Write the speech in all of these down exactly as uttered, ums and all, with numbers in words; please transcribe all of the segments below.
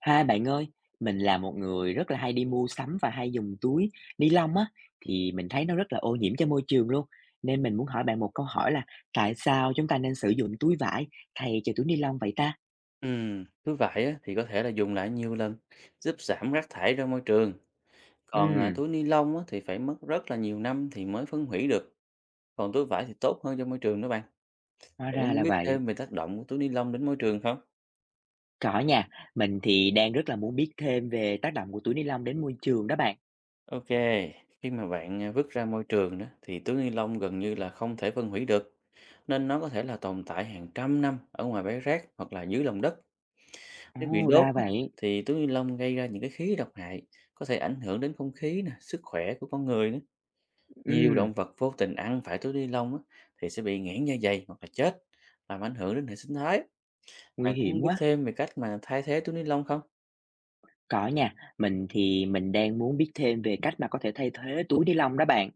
Hai bạn ơi, mình là một người rất là hay đi mua sắm và hay dùng túi ni lông á, thì mình thấy nó rất là ô nhiễm cho môi trường luôn. Nên mình muốn hỏi bạn một câu hỏi là tại sao chúng ta nên sử dụng túi vải thay cho túi ni lông vậy ta? Ừm, túi vải á, thì có thể là dùng lại nhiều lần, giúp giảm rác thải ra môi trường. Còn à, Ừ, túi ni lông á, thì phải mất rất là nhiều năm thì mới phân hủy được. Còn túi vải thì tốt hơn cho môi trường đó bạn. hóa Bạn có ra muốn là biết vậy. thêm về tác động của túi ni lông đến môi trường không? Có nha, mình thì đang rất là muốn biết thêm về tác động của túi ni lông đến môi trường đó bạn. Ok, khi mà bạn à, vứt ra môi trường đó, thì túi ni lông gần như là không thể phân hủy được. Nên nó có thể là tồn tại hàng trăm năm ở ngoài bãi rác hoặc là dưới lòng đất. Nếu bị Ồ, đốt ra á, vậy. thì túi ni lông gây ra những cái khí độc hại, có thể ảnh hưởng đến không khí nè, sức khỏe của con người nữa. Nhiều Ừ, động vật vô tình ăn phải túi ni lông á, thì sẽ bị nghẽn dạ dày hoặc là chết, làm ảnh hưởng đến hệ sinh thái. nguy Bạn cũng hiểm biết quá. thêm về cách mà thay thế túi ni lông không? Có nha, mình thì mình đang muốn biết thêm về cách mà có thể thay thế túi ni lông đó bạn.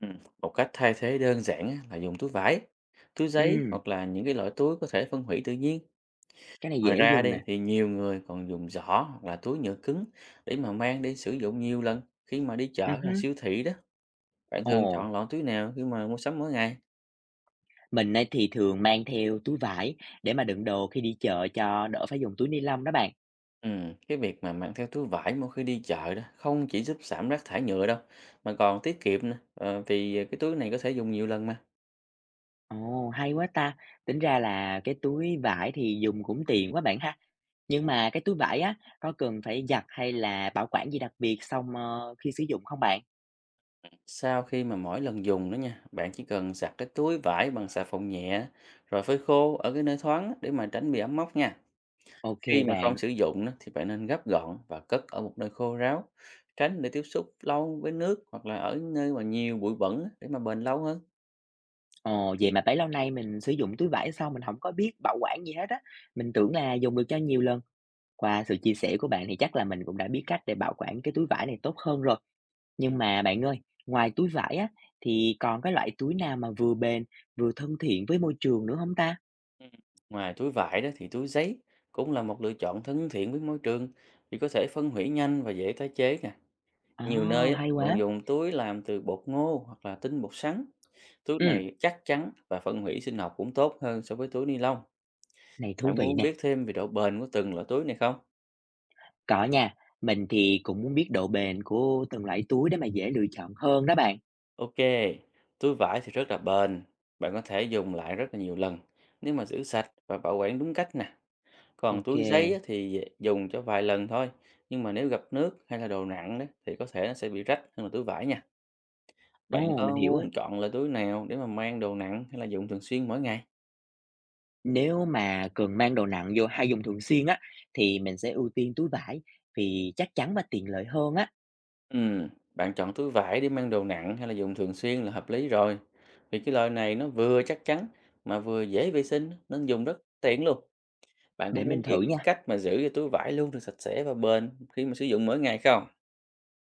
Ừ. Một cách thay thế đơn giản á, là dùng túi vải, túi giấy Ừ, hoặc là những cái loại túi có thể phân hủy tự nhiên. cái này Ngoài dễ ra dùng đi nè. thì nhiều người còn dùng giỏ hoặc là túi nhựa cứng để mà mang đi sử dụng nhiều lần khi mà đi chợ Ừ hay là hứ. siêu thị đó. Bạn thường Ồ, chọn loại túi nào khi mà mua sắm mỗi ngày? mình ấy thì thường mang theo túi vải để mà đựng đồ khi đi chợ cho đỡ phải dùng túi ni lông đó bạn. Ừ, cái việc mà mang theo túi vải mỗi khi đi chợ đó không chỉ giúp giảm rác thải nhựa đâu mà còn tiết kiệm nữa ờ, vì cái túi này có thể dùng nhiều lần mà. Ồ, hay quá ta. Tính ra là cái túi vải thì dùng cũng tiện quá bạn ha. Nhưng mà cái túi vải á, có cần phải giặt hay là bảo quản gì đặc biệt xong ờ, khi sử dụng không bạn? Sau khi mà mỗi lần dùng đó nha, bạn chỉ cần giặt cái túi vải bằng xà phòng nhẹ, rồi phơi khô ở cái nơi thoáng để mà tránh bị ẩm mốc nha. Ok Khi mà không bạn. sử dụng đó, thì bạn nên gấp gọn và cất ở một nơi khô ráo, tránh để tiếp xúc lâu với nước hoặc là ở nơi mà nhiều bụi bẩn á, để mà bền lâu hơn. Ồ, vậy mà bấy lâu nay mình sử dụng túi vải xong mình không có biết bảo quản gì hết á. Mình tưởng là dùng được cho nhiều lần. Qua sự chia sẻ của bạn thì chắc là mình cũng đã biết cách để bảo quản cái túi vải này tốt hơn rồi. Nhưng mà bạn ơi, ngoài túi vải á, thì còn cái loại túi nào mà vừa bền, vừa thân thiện với môi trường nữa không ta? Ừ. Ngoài túi vải đó thì túi giấy cũng là một lựa chọn thân thiện với môi trường, vì có thể phân hủy nhanh và dễ tái chế nè. Nhiều nơi Ồ, á, hay quá! còn dùng túi làm từ bột ngô hoặc là tinh bột sắn. Túi Ừm, này chắc chắn và phân hủy sinh học cũng tốt hơn so với túi ni lông. này thú Bạn vị muốn nè. biết thêm về độ bền của từng loại túi này không? Có nha. Mình thì cũng muốn biết độ bền của từng loại túi để mà dễ lựa chọn hơn đó bạn. Ok, túi vải thì rất là bền. Bạn có thể dùng lại rất là nhiều lần nếu mà giữ sạch và bảo quản đúng cách nè. Còn Ok, túi giấy kê, á thì dùng cho vài lần thôi, nhưng mà nếu gặp nước hay là đồ nặng đấy thì có thể nó sẽ bị rách hơn là túi vải nha. Bạn ồ, mình có hiểu rồi. muốn chọn loại túi nào để mà mang đồ nặng hay là dùng thường xuyên mỗi ngày? Nếu mà cần mang đồ nặng vô hay dùng thường xuyên á, thì mình sẽ ưu tiên túi vải vì chắc chắn và tiện lợi hơn á. Ừm, Bạn chọn túi vải để mang đồ nặng hay là dùng thường xuyên là hợp lý rồi. Vì cái loại này nó vừa chắc chắn mà vừa dễ vệ sinh nên dùng rất tiện luôn. Bạn có Để muốn mình biết thử cái nha. cách mà giữ cho túi vải luôn được sạch sẽ và bền khi mà sử dụng mỗi ngày không?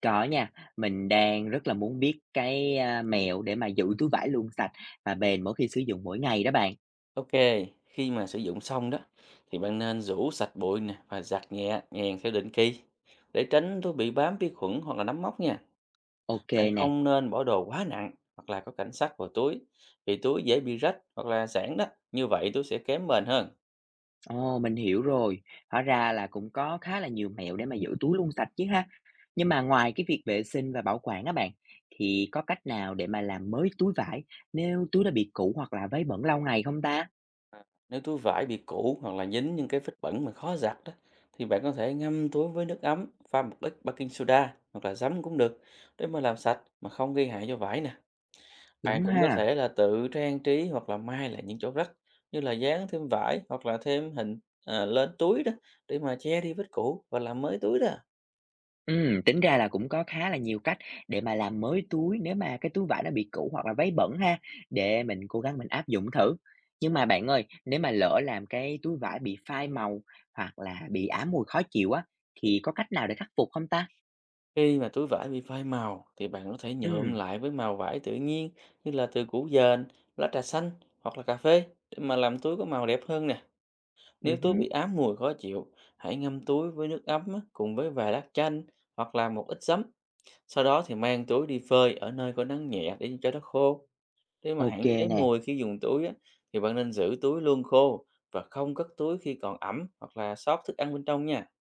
Có nha, mình đang rất là muốn biết cái, a, mẹo để mà giữ túi vải luôn sạch và bền mỗi khi sử dụng mỗi ngày đó bạn. Ok, khi mà sử dụng xong đó thì bạn nên rũ sạch bụi nè, và giặt nhẹ nhàng theo định kỳ để tránh túi bị bám vi khuẩn hoặc là nấm mốc nha. Ok Bạn nè, không nên bỏ đồ quá nặng hoặc là có cảnh sát vào túi, vì túi dễ bị rách hoặc là giãn đó. Như vậy túi sẽ kém bền hơn. ồ, mình hiểu rồi, hóa ra là cũng có khá là nhiều mẹo để mà giữ túi luôn sạch chứ ha. Nhưng mà ngoài cái việc vệ sinh và bảo quản á bạn, thì có cách nào để mà làm mới túi vải nếu túi đã bị cũ hoặc là vấy bẩn lâu ngày không ta? À, nếu túi vải bị cũ hoặc là dính những cái vết bẩn mà khó giặt đó, thì bạn có thể ngâm túi với nước ấm, pha một ít baking soda hoặc là giấm cũng được, để mà làm sạch mà không gây hại cho vải nè. Bạn Đúng cũng có ha. thể là tự trang trí hoặc là may lại những chỗ rách, như là dán thêm vải hoặc là thêm hình à, lên túi đó, để mà che đi vết cũ và làm mới túi đó. Ừm, tính ra là cũng có khá là nhiều cách để mà làm mới túi nếu mà cái túi vải nó bị cũ hoặc là váy bẩn ha, để mình cố gắng mình áp dụng thử. Nhưng mà bạn ơi, nếu mà lỡ làm cái túi vải bị phai màu hoặc là bị ám mùi khó chịu á, thì có cách nào để khắc phục không ta? Khi mà túi vải bị phai màu thì bạn có thể nhuộm Ừm, lại với màu vải tự nhiên, như là từ củ dền, lá trà xanh hoặc là cà phê, để mà làm túi có màu đẹp hơn nè. Nếu ừm túi hứm, bị ám mùi khó chịu, hãy ngâm túi với nước ấm á, cùng với vài lát chanh hoặc là một ít giấm. Sau đó thì mang túi đi phơi ở nơi có nắng nhẹ để cho nó khô. Để mà ok hạn chế nè. mùi khi dùng túi á, thì bạn nên giữ túi luôn khô và không cất túi khi còn ẩm hoặc là sót thức ăn bên trong nha.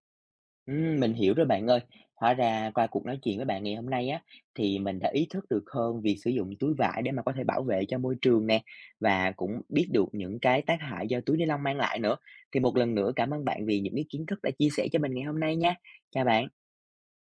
Ừm, mình hiểu rồi bạn ơi. Hóa ra qua cuộc nói chuyện với bạn ngày hôm nay á, thì mình đã ý thức được hơn việc sử dụng túi vải để mà có thể bảo vệ cho môi trường nè, và cũng biết được những cái tác hại do túi ni lông mang lại nữa. Thì một lần nữa cảm ơn bạn vì những cái kiến thức đã chia sẻ cho mình ngày hôm nay nha. Chào bạn.